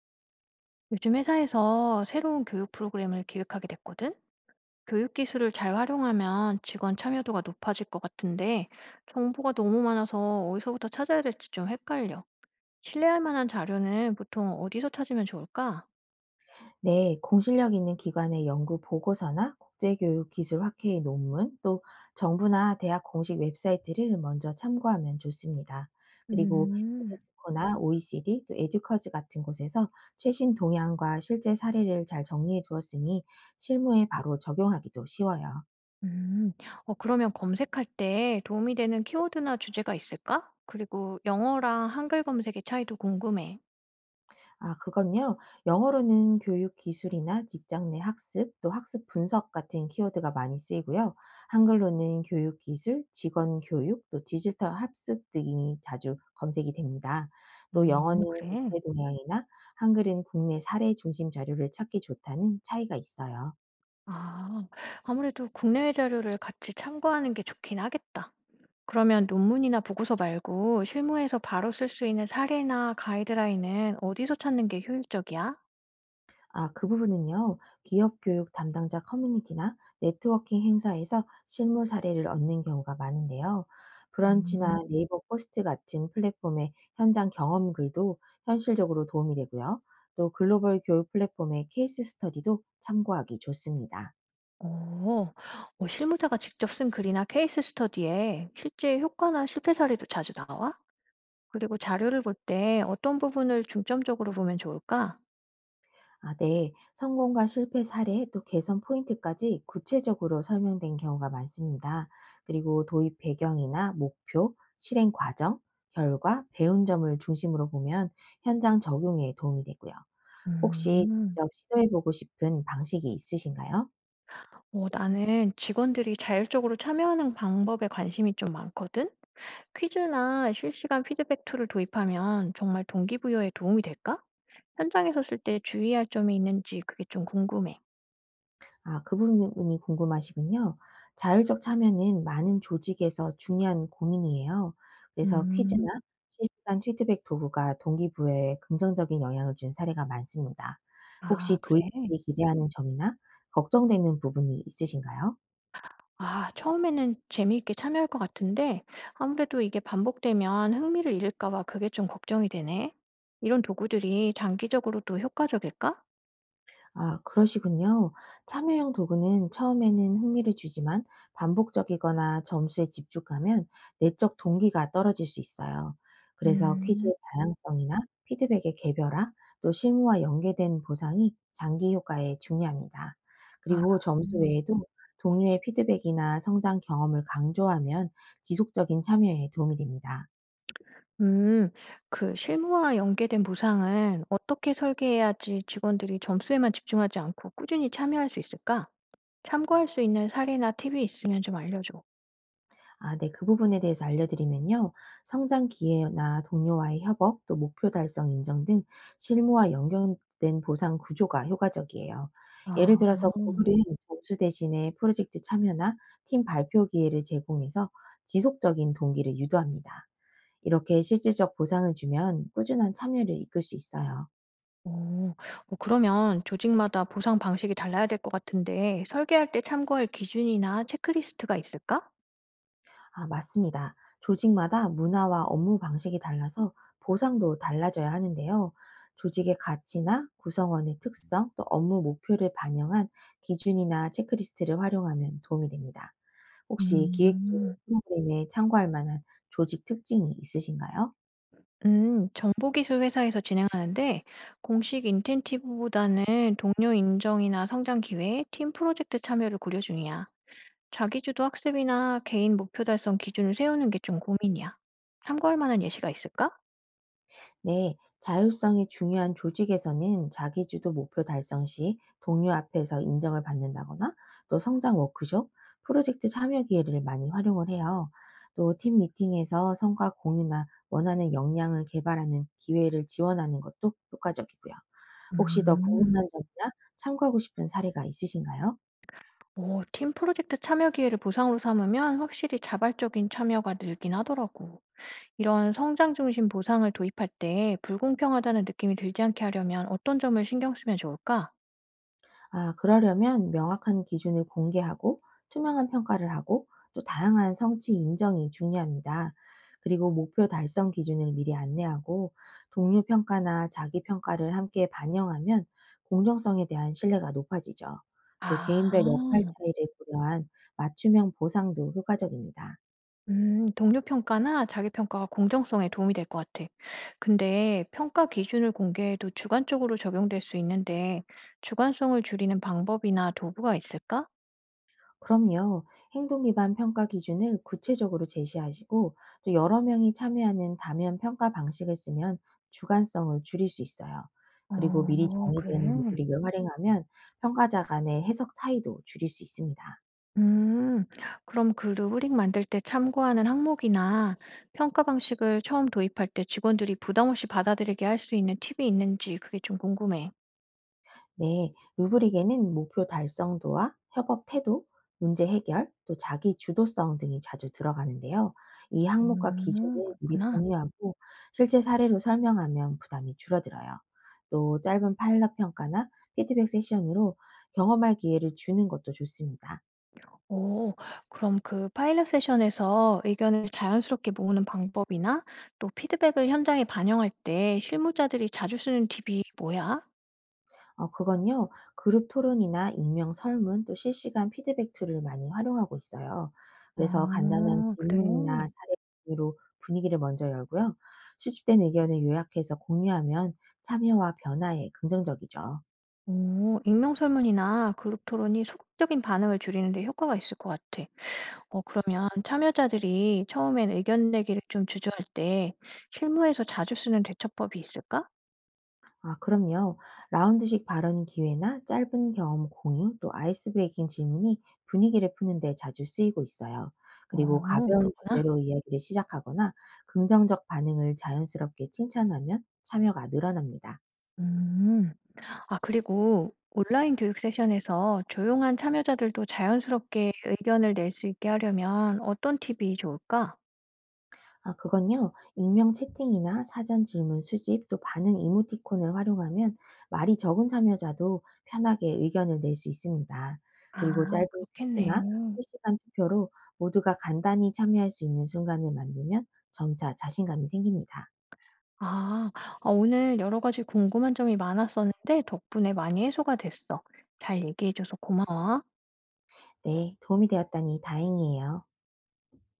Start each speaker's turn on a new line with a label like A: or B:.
A: 요즘 회사에서 새로운 교육 프로그램을 기획하게 됐거든? 교육 기술을 잘 활용하면 직원 참여도가 높아질 것 같은데, 정보가 너무 많아서 어디서부터 찾아야 될지 좀 헷갈려. 신뢰할 만한 자료는 보통 어디서 찾으면 좋을까?
B: 네, 공실력 있는 기관의 연구 보고서나 국제교육 기술 학회의 논문, 또 정부나 대학 공식 웹사이트를 먼저 참고하면 좋습니다. 그리고
A: 음,
B: 유네스코나 OECD, 또 에듀커즈 같은 곳에서 최신 동향과 실제 사례를 잘 정리해 두었으니 실무에 바로 적용하기도 쉬워요.
A: 음. 그러면 검색할 때 도움이 되는 키워드나 주제가 있을까? 그리고 영어랑 한글 검색의 차이도 궁금해.
B: 아 그건요. 영어로는 교육 기술이나 직장 내 학습, 또 학습 분석 같은 키워드가 많이 쓰이고요. 한글로는 교육 기술, 직원 교육, 또 디지털 학습 등이 자주 검색이 됩니다. 또 영어는
A: 그래.
B: 국제 동향이나 한글은 국내 사례 중심 자료를 찾기 좋다는 차이가 있어요.
A: 아, 아무래도 국내외 자료를 같이 참고하는 게 좋긴 하겠다. 그러면 논문이나 보고서 말고 실무에서 바로 쓸 수 있는 사례나 가이드라인은 어디서 찾는 게 효율적이야?
B: 아, 그 부분은요. 기업 교육 담당자 커뮤니티나 네트워킹 행사에서 실무 사례를 얻는 경우가 많은데요.
A: 음,
B: 브런치나 네이버 포스트 같은 플랫폼의 현장 경험 글도 현실적으로 도움이 되고요. 또 글로벌 교육 플랫폼의 케이스 스터디도 참고하기 좋습니다.
A: 어, 실무자가 직접 쓴 글이나 케이스 스터디에 실제 효과나 실패 사례도 자주 나와? 그리고 자료를 볼 때 어떤 부분을 중점적으로 보면 좋을까?
B: 아, 네. 성공과 실패 사례 또 개선 포인트까지 구체적으로 설명된 경우가 많습니다. 그리고 도입 배경이나 목표, 실행 과정, 결과, 배운 점을 중심으로 보면 현장 적용에 도움이 되고요. 혹시
A: 음,
B: 직접 시도해보고 싶은 방식이 있으신가요?
A: 나는 직원들이 자율적으로 참여하는 방법에 관심이 좀 많거든? 퀴즈나 실시간 피드백 툴을 도입하면 정말 동기부여에 도움이 될까? 현장에서 쓸 때 주의할 점이 있는지 그게 좀 궁금해.
B: 아 그 부분이 궁금하시군요. 자율적 참여는 많은 조직에서 중요한 고민이에요. 그래서 퀴즈나
A: 음.
B: 실시간 피드백 도구가 동기부여에 긍정적인 영향을 준 사례가 많습니다.
A: 아
B: 혹시 도입이
A: 그래?
B: 기대하는 점이나 걱정되는 부분이 있으신가요?
A: 아 처음에는 재미있게 참여할 것 같은데 아무래도 이게 반복되면 흥미를 잃을까 봐 그게 좀 걱정이 되네. 이런 도구들이 장기적으로도 효과적일까?
B: 아, 그러시군요. 참여형 도구는 처음에는 흥미를 주지만 반복적이거나 점수에 집중하면 내적 동기가 떨어질 수 있어요. 그래서
A: 음.
B: 퀴즈의 다양성이나 피드백의 개별화, 또 실무와 연계된 보상이 장기 효과에 중요합니다.
A: 아.
B: 그리고 점수
A: 음.
B: 외에도 동료의 피드백이나 성장 경험을 강조하면 지속적인 참여에 도움이 됩니다.
A: 음. 그 실무와 연계된 보상은 어떻게 설계해야지 직원들이 점수에만 집중하지 않고 꾸준히 참여할 수 있을까? 참고할 수 있는 사례나 팁이 있으면 좀 알려줘.
B: 아 네. 그 부분에 대해서 알려드리면요. 성장 기회나 동료와의 협업, 또 목표 달성 인정 등 실무와 연결된 보상 구조가 효과적이에요. 예를
A: 아.
B: 들어서 구글은 점수 대신에 프로젝트 참여나 팀 발표 기회를 제공해서 지속적인 동기를 유도합니다. 이렇게 실질적 보상을 주면 꾸준한 참여를 이끌 수 있어요.
A: 오, 그러면 조직마다 보상 방식이 달라야 될 것 같은데 설계할 때 참고할 기준이나 체크리스트가 있을까?
B: 아, 맞습니다. 조직마다 문화와 업무 방식이 달라서 보상도 달라져야 하는데요. 조직의 가치나 구성원의 특성, 또 업무 목표를 반영한 기준이나 체크리스트를 활용하면 도움이 됩니다. 혹시 기획 중
A: 음.
B: 프로그램에 참고할 만한 조직 특징이 있으신가요?
A: 음. 정보기술 회사에서 진행하는데 공식 인센티브보다는 동료 인정이나 성장 기회, 팀 프로젝트 참여를 고려 중이야. 자기주도 학습이나 개인 목표 달성 기준을 세우는 게 좀 고민이야. 참고할 만한 예시가 있을까?
B: 네, 자율성이 중요한 조직에서는 자기주도 목표 달성 시 동료 앞에서 인정을 받는다거나 또 성장 워크숍, 프로젝트 참여 기회를 많이 활용을 해요. 또 팀 미팅에서 성과 공유나 원하는 역량을 개발하는 기회를 지원하는 것도 효과적이고요. 혹시 더
A: 음.
B: 궁금한 점이나 참고하고 싶은 사례가 있으신가요?
A: 오, 팀 프로젝트 참여 기회를 보상으로 삼으면 확실히 자발적인 참여가 늘긴 하더라고. 이런 성장 중심 보상을 도입할 때 불공평하다는 느낌이 들지 않게 하려면 어떤 점을 신경 쓰면 좋을까?
B: 아, 그러려면 명확한 기준을 공개하고 투명한 평가를 하고 또 다양한 성취 인정이 중요합니다. 그리고 목표 달성 기준을 미리 안내하고 동료 평가나 자기 평가를 함께 반영하면 공정성에 대한 신뢰가 높아지죠. 또
A: 아,
B: 개인별 역할 차이를 고려한 맞춤형 보상도 효과적입니다.
A: 동료 평가나 자기 평가가 공정성에 도움이 될 것 같아. 근데 평가 기준을 공개해도 주관적으로 적용될 수 있는데 주관성을 줄이는 방법이나 도구가 있을까?
B: 그럼요. 행동 기반 평가 기준을 구체적으로 제시하시고 또 여러 명이 참여하는 다면 평가 방식을 쓰면 주관성을 줄일 수 있어요. 그리고 미리
A: 어, 그래.
B: 정의된 루브릭을 활용하면 평가자 간의 해석 차이도 줄일 수 있습니다.
A: 음, 그럼 그 루브릭 만들 때 참고하는 항목이나 평가 방식을 처음 도입할 때 직원들이 부담 없이 받아들이게 할 수 있는 팁이 있는지 그게 좀 궁금해.
B: 네, 루브릭에는 목표 달성도와 협업 태도, 문제 해결, 또 자기 주도성 등이 자주 들어가는데요. 이 항목과 기준을 미리
A: 그렇구나.
B: 공유하고 실제 사례로 설명하면 부담이 줄어들어요. 또 짧은 파일럿 평가나 피드백 세션으로 경험할 기회를 주는 것도 좋습니다.
A: 오, 그럼 그 파일럿 세션에서 의견을 자연스럽게 모으는 방법이나 또 피드백을 현장에 반영할 때 실무자들이 자주 쓰는 팁이 뭐야?
B: 어 그건요. 그룹 토론이나 익명 설문 또 실시간 피드백 툴을 많이 활용하고 있어요. 그래서 간단한
A: 아, 그래.
B: 질문이나 사례 로 분위기를 먼저 열고요. 수집된 의견을 요약해서 공유하면 참여와 변화에 긍정적이죠.
A: 오, 익명 설문이나 그룹 토론이 소극적인 반응을 줄이는 데 효과가 있을 것 같아. 그러면 참여자들이 처음엔 의견 내기를 좀 주저할 때 실무에서 자주 쓰는 대처법이 있을까?
B: 아 그럼요. 라운드식 발언 기회나 짧은 경험 공유 또 아이스 브레이킹 질문이 분위기를 푸는 데 자주 쓰이고 있어요. 그리고
A: 어,
B: 가벼운
A: 그렇구나.
B: 주제로 이야기를 시작하거나 긍정적 반응을 자연스럽게 칭찬하면 참여가 늘어납니다.
A: 음. 아, 그리고 온라인 교육 세션에서 조용한 참여자들도 자연스럽게 의견을 낼 수 있게 하려면 어떤 팁이 좋을까?
B: 아 그건요. 익명 채팅이나 사전 질문 수집 또 반응 이모티콘을 활용하면 말이 적은 참여자도 편하게 의견을 낼 수 있습니다.
A: 아,
B: 그리고 짧은
A: 그렇겠네.
B: 퀴즈나 실시간 투표로 모두가 간단히 참여할 수 있는 순간을 만들면 점차 자신감이 생깁니다.
A: 아, 오늘 여러 가지 궁금한 점이 많았었는데 덕분에 많이 해소가 됐어. 잘 얘기해줘서 고마워.
B: 네, 도움이 되었다니 다행이에요.